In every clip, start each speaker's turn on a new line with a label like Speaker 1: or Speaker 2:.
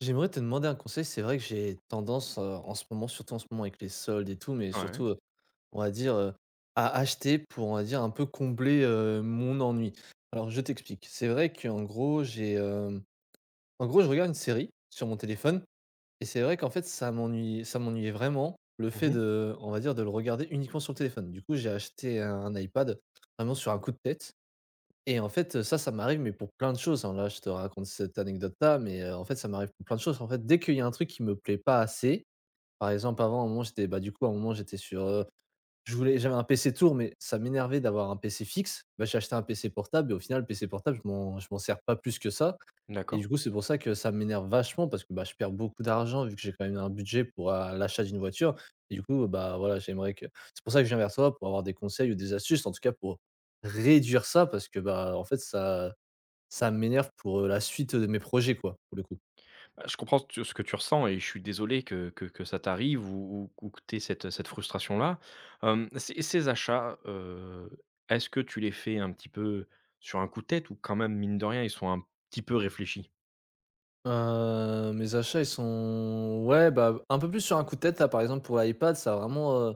Speaker 1: J'aimerais te demander un conseil. C'est vrai que j'ai tendance, en ce moment, surtout en ce moment avec les soldes et tout, mais
Speaker 2: Ouais.
Speaker 1: surtout, on va dire, à acheter pour, on va dire, un peu combler, mon ennui. Alors je t'explique. C'est vrai qu'en gros, en gros, je regarde une série sur mon téléphone et c'est vrai qu'en fait, ça m'ennuyait vraiment le fait
Speaker 2: Mmh.
Speaker 1: de, on va dire, de le regarder uniquement sur le téléphone. Du coup, j'ai acheté un iPad vraiment sur un coup de tête et en fait, ça m'arrive, mais pour plein de choses, hein. Là, je te raconte cette anecdote-là, mais en fait, ça m'arrive pour plein de choses. En fait, dès qu'il y a un truc qui me plaît pas assez, par exemple, avant, à un moment, j'étais bah, du coup, à un moment, j'étais sur, je voulais j'avais un PC tour, mais ça m'énervait d'avoir un PC fixe. Bah, j'ai acheté un PC portable et au final, le PC portable, je m'en sers pas plus que ça. Et
Speaker 2: D'accord.
Speaker 1: du coup, c'est pour ça que ça m'énerve vachement parce que, bah, je perds beaucoup d'argent vu que j'ai quand même un budget pour, l'achat d'une voiture et du coup, bah, voilà, j'aimerais que c'est pour ça que je viens vers toi pour avoir des conseils ou des astuces, en tout cas pour réduire ça parce que, bah, en fait, ça m'énerve pour, la suite de mes projets, quoi, pour le coup.
Speaker 2: Bah, je comprends tu ce que tu ressens et je suis désolé que ça t'arrive ou que tu aies cette frustration-là. Ces achats, est-ce que tu les fais un petit peu sur un coup de tête ou quand même, mine de rien, ils sont un petit peu réfléchis?
Speaker 1: Mes achats, ils sont ouais, bah, un peu plus sur un coup de tête, là, par exemple, pour l'iPad, ça a vraiment,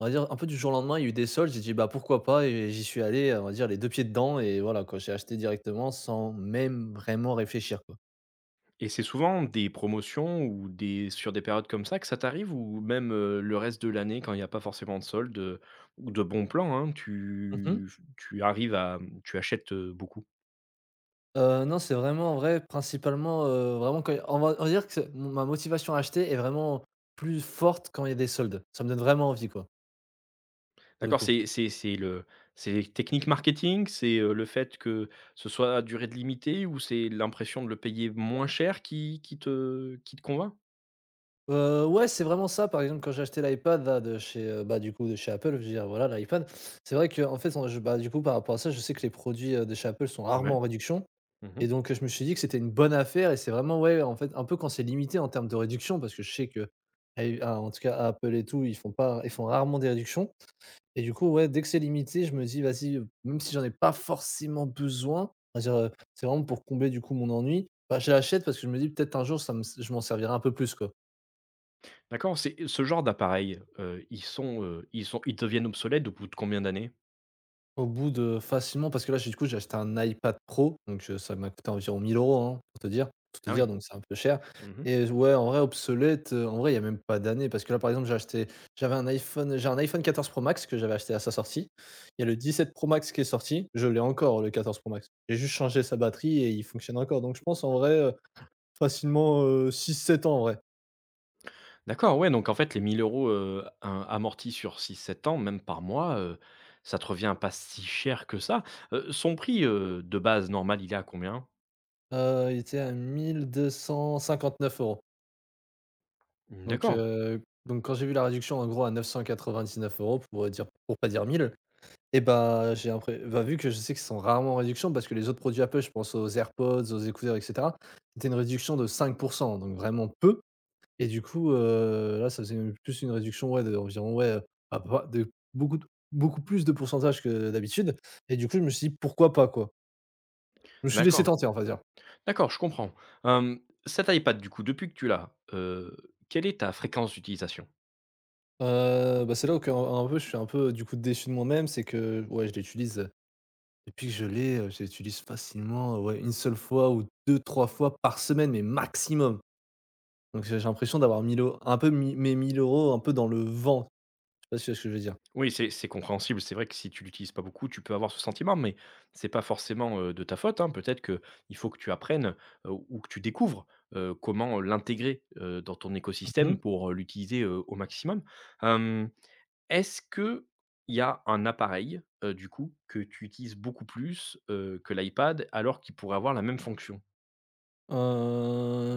Speaker 1: On va dire un peu du jour au lendemain, il y a eu des soldes, j'ai dit: «Bah, pourquoi pas?» et j'y suis allé, on va dire les 2 pieds dedans et voilà quoi, j'ai acheté directement sans même vraiment réfléchir quoi.
Speaker 2: Et c'est souvent des promotions ou des sur des périodes comme ça que ça t'arrive ou même, le reste de l'année quand il y a pas forcément de soldes, ou de bons plans, hein,
Speaker 1: Mmh mh.
Speaker 2: tu arrives à, tu achètes, beaucoup?
Speaker 1: Non, c'est vraiment vrai principalement, vraiment quand on va dire que c'est ma motivation à acheter est vraiment plus forte quand il y a des soldes. Ça me donne vraiment envie quoi, pour le
Speaker 2: D'accord,
Speaker 1: coup.
Speaker 2: c'est le c'est les techniques marketing? C'est, le fait que ce soit à durée de limitée ou c'est l'impression de le payer moins cher qui te convainc?
Speaker 1: Ouais, c'est vraiment ça. Par exemple, quand j'ai acheté l'iPad là bah, du coup de chez Apple, je veux dire voilà l'iPad. C'est vrai qu'en fait on je bah, du coup par rapport à ça, je sais que les produits, de chez Apple sont rarement
Speaker 2: Ouais.
Speaker 1: en réduction.
Speaker 2: Mmh.
Speaker 1: Et donc, je me suis dit que c'était une bonne affaire et c'est vraiment, ouais, en fait, un peu quand c'est limité en termes de réduction parce que je sais que à en tout cas, à Apple et tout, ils font pas ils font rarement des réductions et du coup, ouais, dès que c'est limité, je me dis: «Vas-y», même si j'en ai pas forcément besoin, on va dire, c'est vraiment pour combler du coup mon ennui, bah, je l'achète parce que je me dis: «Peut-être un jour ça me je m'en servirai un peu plus, quoi».
Speaker 2: D'accord, c'est ce genre d'appareil, ils deviennent obsolètes au bout de combien d'années?
Speaker 1: Au bout de facilement parce que là, j'ai acheté un iPad Pro, donc ça m'a coûté environ 1 000 € hein, pour te
Speaker 2: Ah oui.
Speaker 1: dire, donc c'est un peu cher
Speaker 2: Mmh.
Speaker 1: et ouais, en vrai obsolète, en vrai, il y a même pas d'année parce que là, par exemple, j'ai un iPhone 14 Pro Max que j'avais acheté à sa sortie. Il y a le 17 Pro Max qui est sorti, je l'ai encore le 14 Pro Max. J'ai juste changé sa batterie et il fonctionne encore, donc je pense, en vrai, facilement, six sept ans, en vrai.
Speaker 2: D'accord, ouais, donc en fait, les 1 000 euros €, amortis sur six sept ans, même par mois, ça te revient pas si cher que ça. Son prix, de base normal, il est à combien?
Speaker 1: Il était à 1 259 €.
Speaker 2: Mmh,
Speaker 1: Donc
Speaker 2: d'accord,
Speaker 1: heu, donc quand j'ai vu la réduction en gros à 999 euros, pour, dire pour pas dire 1000, et bah, j'ai impré bah, vu que je sais qu'ils sont rarement en réduction parce que les autres produits Apple, je pense aux AirPods, aux écouteurs et cetera, c'était une réduction de 5, donc vraiment peu et du coup, là, ça faisait même plus une réduction, ouais, d'environ, ouais, à pas de beaucoup de beaucoup plus de pourcentage que d'habitude et du coup, je me suis dit: «Pourquoi pas, quoi?» Je me suis laissé
Speaker 2: d'accord.
Speaker 1: tenter, on va dire.
Speaker 2: D'accord, je comprends. Cet iPad du coup, depuis que tu l'as, quelle est ta fréquence d'utilisation?
Speaker 1: Bah, c'est là où qu'un un peu je suis un peu, du coup, déçu de moi-même, c'est que, ouais, je l'utilise, depuis que je l'ai, je l'utilise facilement, ouais, une seule fois ou deux, trois fois par semaine, mais maximum. Donc j'ai l'impression d'avoir mille euros, un peu mis mes 1 000 un peu dans le vent. Je sais pas si tu vois ce que je veux dire?
Speaker 2: Oui, c'est compréhensible, c'est vrai que si tu l'utilises pas beaucoup, tu peux avoir ce sentiment, mais c'est pas forcément, de ta faute, hein. Peut-être que il faut que tu apprennes, ou que tu découvres, comment l'intégrer, dans ton
Speaker 1: Mmh mh.
Speaker 2: écosystème pour, l'utiliser, au maximum. Hem, est-ce que il y a un appareil, du coup, que tu utilises beaucoup plus, que l'iPad alors qu'il pourrait avoir la même fonction?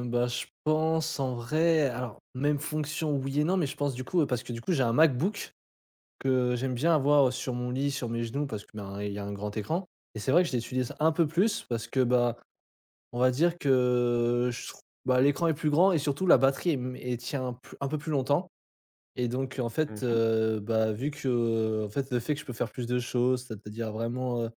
Speaker 1: Bah, je pense en vrai alors même fonction oui et non, mais je pense du coup, parce que du coup j'ai un MacBook que j'aime bien avoir, sur mon lit, sur mes genoux parce que, ben, il y a un grand écran et c'est vrai que je l'utilise un peu plus parce que, bah, on va dire que je trou bah, l'écran est plus grand et surtout la batterie est m et tient plus un peu plus longtemps. Et donc en fait,
Speaker 2: Mmh.
Speaker 1: bah, vu que, en fait, le fait que je peux faire plus de choses, c'est-à-dire vraiment,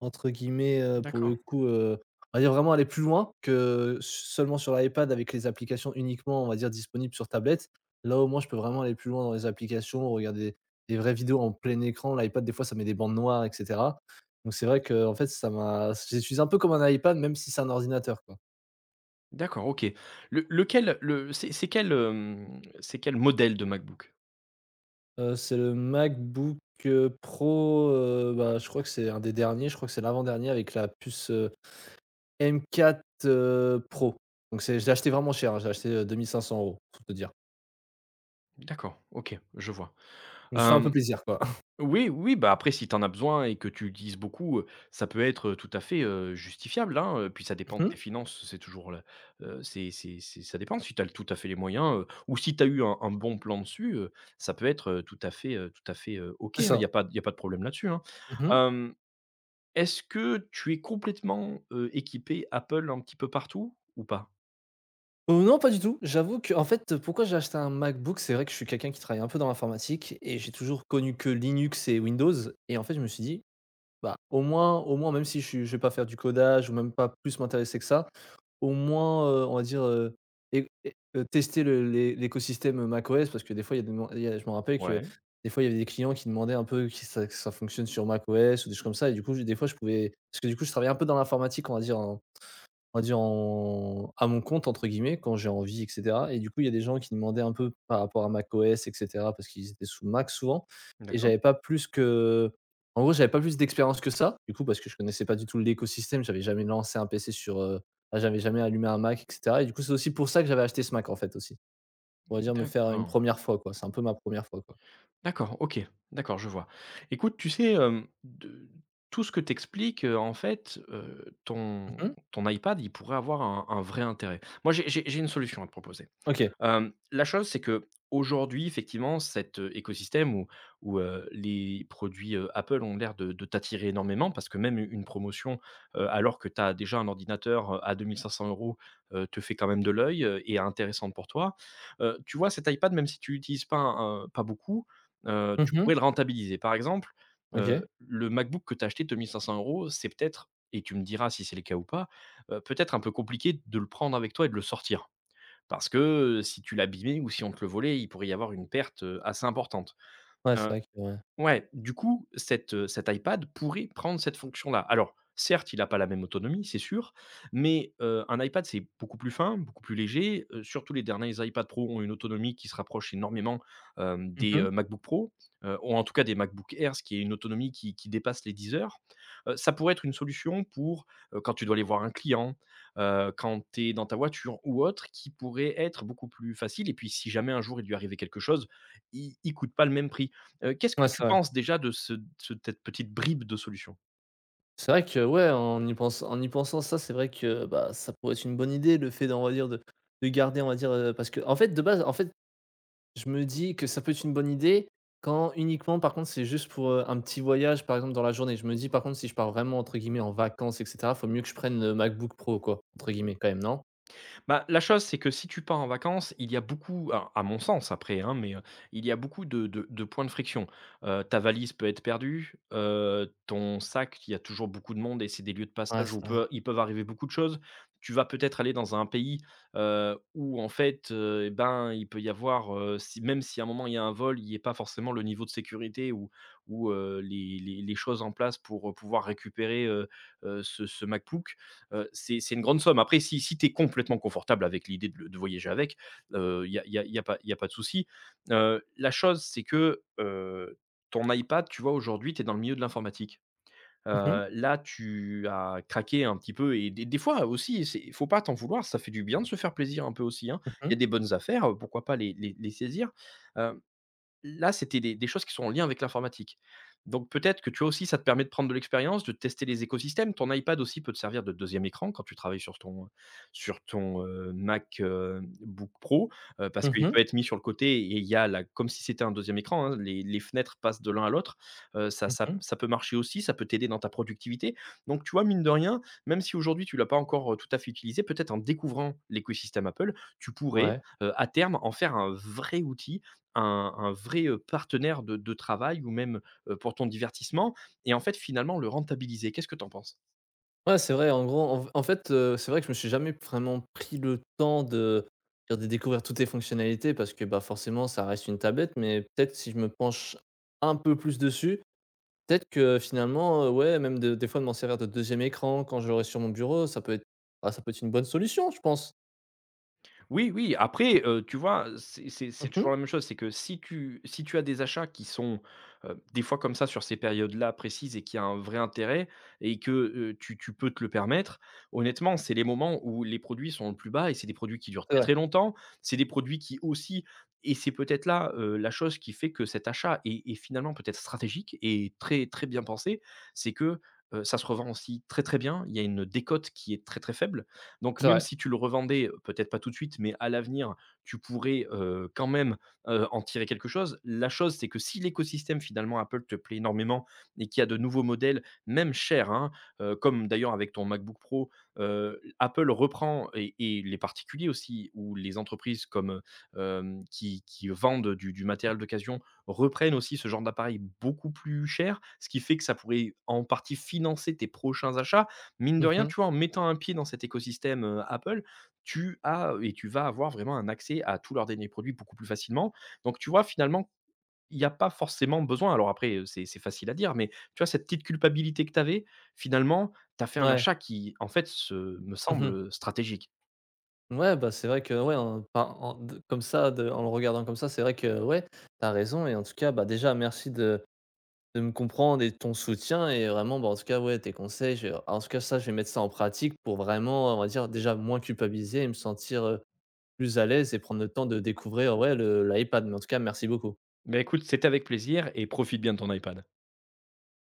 Speaker 1: entre guillemets, pour
Speaker 2: D'accord.
Speaker 1: le coup, on va dire vraiment aller plus loin que seulement sur l'iPad avec les applications uniquement, on va dire disponibles sur tablette. Là, au moins, je peux vraiment aller plus loin dans les applications, regarder des vraies vidéos en plein écran. L'iPad, des fois, ça met des bandes noires et cetera. Donc c'est vrai que en fait, ça m'a je l'utilise un peu comme un iPad, même si c'est un ordinateur, quoi.
Speaker 2: D'accord, OK. Le lequel le c'est quel, hem, c'est quel modèle de MacBook?
Speaker 1: C'est le MacBook, Pro, bah, je crois que c'est un des derniers, je crois que c'est l'avant-dernier avec la puce, m quatre Pro. Donc c'est je l'ai acheté vraiment cher, hein, j'ai acheté l'ai acheté, 2 500 €, pour te dire.
Speaker 2: D'accord, OK, je vois.
Speaker 1: Je me suis fait un peu
Speaker 2: Hem,
Speaker 1: plaisir, quoi.
Speaker 2: oui, oui, bah, après si tu en as besoin et que tu utilises beaucoup, ça peut être, tout à fait, justifiable, hein, puis ça dépend de
Speaker 1: Mmh,
Speaker 2: tes finances, c'est toujours le c'est ça dépend si tu as tout à fait les moyens, ou si tu as eu un bon plan dessus, ça peut être, tout à fait, OK,
Speaker 1: c'est
Speaker 2: hein, il y
Speaker 1: ça.
Speaker 2: a pas il y a pas de problème là-dessus, hein.
Speaker 1: Mmh mh.
Speaker 2: Hem, est-ce que tu es complètement, équipé Apple un petit peu partout ou pas?
Speaker 1: Non, pas du tout. J'avoue que, en fait, pourquoi j'ai acheté un MacBook? C'est vrai que je suis quelqu'un qui travaille un peu dans l'informatique et j'ai toujours connu que Linux et Windows et en fait, je me suis dit: «Bah, au moins même si je vais pas faire du codage ou même pas plus m'intéresser que ça, au moins, on va dire, é é tester le l'é l'écosystème, macOS parce que des fois il y a je me rappelle que
Speaker 2: Ouais.
Speaker 1: des fois il y avait des clients qui demandaient un peu qui ça que ça fonctionne sur macOS ou des choses comme ça». Et du coup, je des fois je pouvais parce que du coup je travaillais un peu dans l'informatique, on va dire en «à mon compte» entre guillemets, quand j'ai envie et cetera et du coup, il y a des gens qui demandaient un peu par rapport à macOS et cetera parce qu'ils étaient sous Mac souvent et
Speaker 2: D'accord.
Speaker 1: j'avais pas plus que en gros, j'avais pas plus d'expérience que ça, du coup, parce que je connaissais pas du tout l'écosystème, j'avais jamais lancé un PC sur, j'avais jamais allumé un Mac et cetera et du coup, c'est aussi pour ça que j'avais acheté ce Mac en fait aussi. On va dire me faire une
Speaker 2: D'accord.
Speaker 1: première fois quoi, c'est un peu ma première fois quoi.
Speaker 2: D'accord, OK. D'accord, je vois. Écoute, tu sais, de tout ce que t'expliques, en fait, ton
Speaker 1: Mmh,
Speaker 2: ton iPad, il pourrait avoir un vrai intérêt. Moi, j'ai une solution à te proposer.
Speaker 1: OK.
Speaker 2: La chose, c'est que aujourd'hui, effectivement, cet, écosystème où les produits, Apple ont l'air de t'attirer énormément parce que même une promotion, alors que tu as déjà un ordinateur, à 2 500 €, te fait quand même de l'œil, et est intéressante pour toi. Tu vois, cet iPad, même si tu l'utilises pas beaucoup, tu
Speaker 1: Mmh,
Speaker 2: pourrais le rentabiliser. Par exemple,
Speaker 1: OK.
Speaker 2: le MacBook que tu as acheté 2 500 euros, c'est peut-être, et tu me diras si c'est le cas ou pas, peut-être un peu compliqué de le prendre avec toi et de le sortir. Parce que, si tu l'abîmais ou si on te le volait, il pourrait y avoir une perte, assez importante.
Speaker 1: Ouais, c'est vrai que ouais.
Speaker 2: Ouais, du coup, cet iPad pourrait prendre cette fonction-là. Alors, certes, il a pas la même autonomie, c'est sûr, mais, un iPad, c'est beaucoup plus fin, beaucoup plus léger, surtout les derniers iPad Pro ont une autonomie qui se rapproche énormément, des,
Speaker 1: Mmh,
Speaker 2: MacBook Pro, ou en tout cas des MacBook Air, ce qui est une autonomie qui dépasse les 10 heures. Ça pourrait être une solution pour, quand tu dois aller voir un client, quand tu es dans ta voiture ou autre, qui pourrait être beaucoup plus facile et puis si jamais un jour il lui arrivait quelque chose, il coûte pas le même prix. Qu'est-ce
Speaker 1: ouais,
Speaker 2: que
Speaker 1: c'est
Speaker 2: tu
Speaker 1: vrai.
Speaker 2: penses déjà de cette petite bribe de solution?
Speaker 1: C'est vrai que ouais, en y pensant ça, c'est vrai que, bah, ça pourrait être une bonne idée le fait d'en, on va dire, de garder, on va dire, parce que en fait de base, en fait, je me dis que ça peut être une bonne idée quand uniquement par contre c'est juste pour, un petit voyage par exemple dans la journée. Je me dis par contre si je pars vraiment entre guillemets «en vacances» et cetera, faut mieux que je prenne le MacBook Pro quoi, entre guillemets quand même, non?
Speaker 2: Bah, la chose, c'est que si tu pars en vacances, il y a beaucoup, alors, à mon sens après, hein, mais, il y a beaucoup de points de friction. Ta valise peut être perdue, ton sac, il y a toujours beaucoup de monde et c'est des lieux de
Speaker 1: Ouais,
Speaker 2: passage
Speaker 1: c'est
Speaker 2: où
Speaker 1: vrai.
Speaker 2: peut il peuvent arriver beaucoup de choses. Tu vas peut-être aller dans un pays, où en fait, et ben, il peut y avoir, si même si à un moment il y a un vol, il n'y a pas forcément le niveau de sécurité ou les choses en place pour, pouvoir récupérer, ce MacBook. C'est une grande somme. Après, si tu es complètement confortable avec l'idée de, de voyager avec, il n'y a, y a- y a pas de souci. La chose, c'est que ton iPad, tu vois, aujourd'hui, tu es dans le milieu de l'informatique.
Speaker 1: Mmh mh,
Speaker 2: Là, tu as craqué un petit peu et des fois aussi, il faut pas t'en vouloir, ça fait du bien de se faire plaisir un peu aussi, hein.
Speaker 1: mmh
Speaker 2: Il y
Speaker 1: mh,
Speaker 2: a des bonnes affaires, pourquoi pas les saisir. Euh, Là, c'était des choses qui sont en lien avec l'informatique. Donc peut-être que tu vois aussi, ça te permet de prendre de l'expérience, de tester les écosystèmes. Ton iPad aussi peut te servir de deuxième écran quand tu travailles sur ton Mac, Book Pro, parce qu'il
Speaker 1: mmh
Speaker 2: peut être mis sur le côté et il y a la comme si c'était un deuxième écran, hein, les fenêtres passent de l'un à l'autre. Heu, ça ça
Speaker 1: mmh
Speaker 2: ça peut marcher aussi, ça peut t'aider dans ta productivité. Donc tu vois, mine de rien, même si aujourd'hui tu ne l'as pas encore, tout à fait utilisé, peut-être en découvrant l'écosystème Apple, tu pourrais,
Speaker 1: ouais.
Speaker 2: à terme en faire un vrai outil, un vrai, partenaire de travail ou même, pour ton divertissement et en fait, finalement, le rentabiliser. Qu'est-ce que tu en penses?
Speaker 1: Ouais, c'est vrai, en gros, en fait, c'est vrai que je me suis jamais vraiment pris le temps de découvrir toutes les fonctionnalités parce que, bah, forcément, ça reste une tablette, mais peut-être si je me penche un peu plus dessus, peut-être que finalement, ouais, même de des fois de m'en servir de deuxième écran quand je l'aurai sur mon bureau, ça peut être une bonne solution, je pense.
Speaker 2: Oui, oui, après, tu vois, c'est
Speaker 1: Mmh.
Speaker 2: toujours la même chose, c'est que si tu as des achats qui sont, des fois comme ça sur ces périodes-là précises et qui a un vrai intérêt et que, tu peux te le permettre, honnêtement, c'est les moments où les produits sont le plus bas et c'est des produits qui durent
Speaker 1: C'est
Speaker 2: très,
Speaker 1: vrai,
Speaker 2: très longtemps. C'est des produits qui aussi et c'est peut-être là, la chose qui fait que cet achat est finalement peut-être stratégique et très, très bien pensé, c'est que, ça se revend aussi très, très bien. Il y a une décote qui est très, très faible donc
Speaker 1: c'est
Speaker 2: même
Speaker 1: vrai.
Speaker 2: si tu le revendais, peut-être pas tout de suite, mais à l'avenir, tu pourrais, quand même, en tirer quelque chose. La chose, c'est que si l'écosystème finalement Apple te plaît énormément et qu'il y a de nouveaux modèles, même chers, hein, comme d'ailleurs avec ton MacBook Pro, Apple reprend et les particuliers aussi ou les entreprises comme, heu, qui vendent du matériel d'occasion reprennent aussi ce genre d'appareil beaucoup plus cher, ce qui fait que ça pourrait en partie financer tes prochains achats. Mine de rien,
Speaker 1: Mmh.
Speaker 2: tu vois, en mettant un pied dans cet écosystème, Apple, tu as et tu vas avoir vraiment un accès à tous leurs derniers produits beaucoup plus facilement. Donc tu vois, finalement, il n'y a pas forcément besoin, alors après, c'est facile à dire, mais tu vois, cette petite culpabilité que tu avais, finalement, tu as fait un
Speaker 1: Ouais.
Speaker 2: achat qui, en fait, se me
Speaker 1: Mmh,
Speaker 2: semble, stratégique.
Speaker 1: ouais, bah, c'est vrai que, ouais, en enfin, en le regardant comme ça, c'est vrai que, ouais, t'as raison et en tout cas, bah, déjà merci de me comprendre et de ton soutien et vraiment, bah, en tout cas, ouais, tes conseils, je en tout cas, ça, je vais mettre ça en pratique pour vraiment, on va dire, déjà moins culpabiliser et me sentir, plus à l'aise et prendre le temps de découvrir, ouais, le l'iPad. Mais en tout cas, merci beaucoup.
Speaker 2: Mais écoute, c'était avec plaisir et profite bien de ton iPad.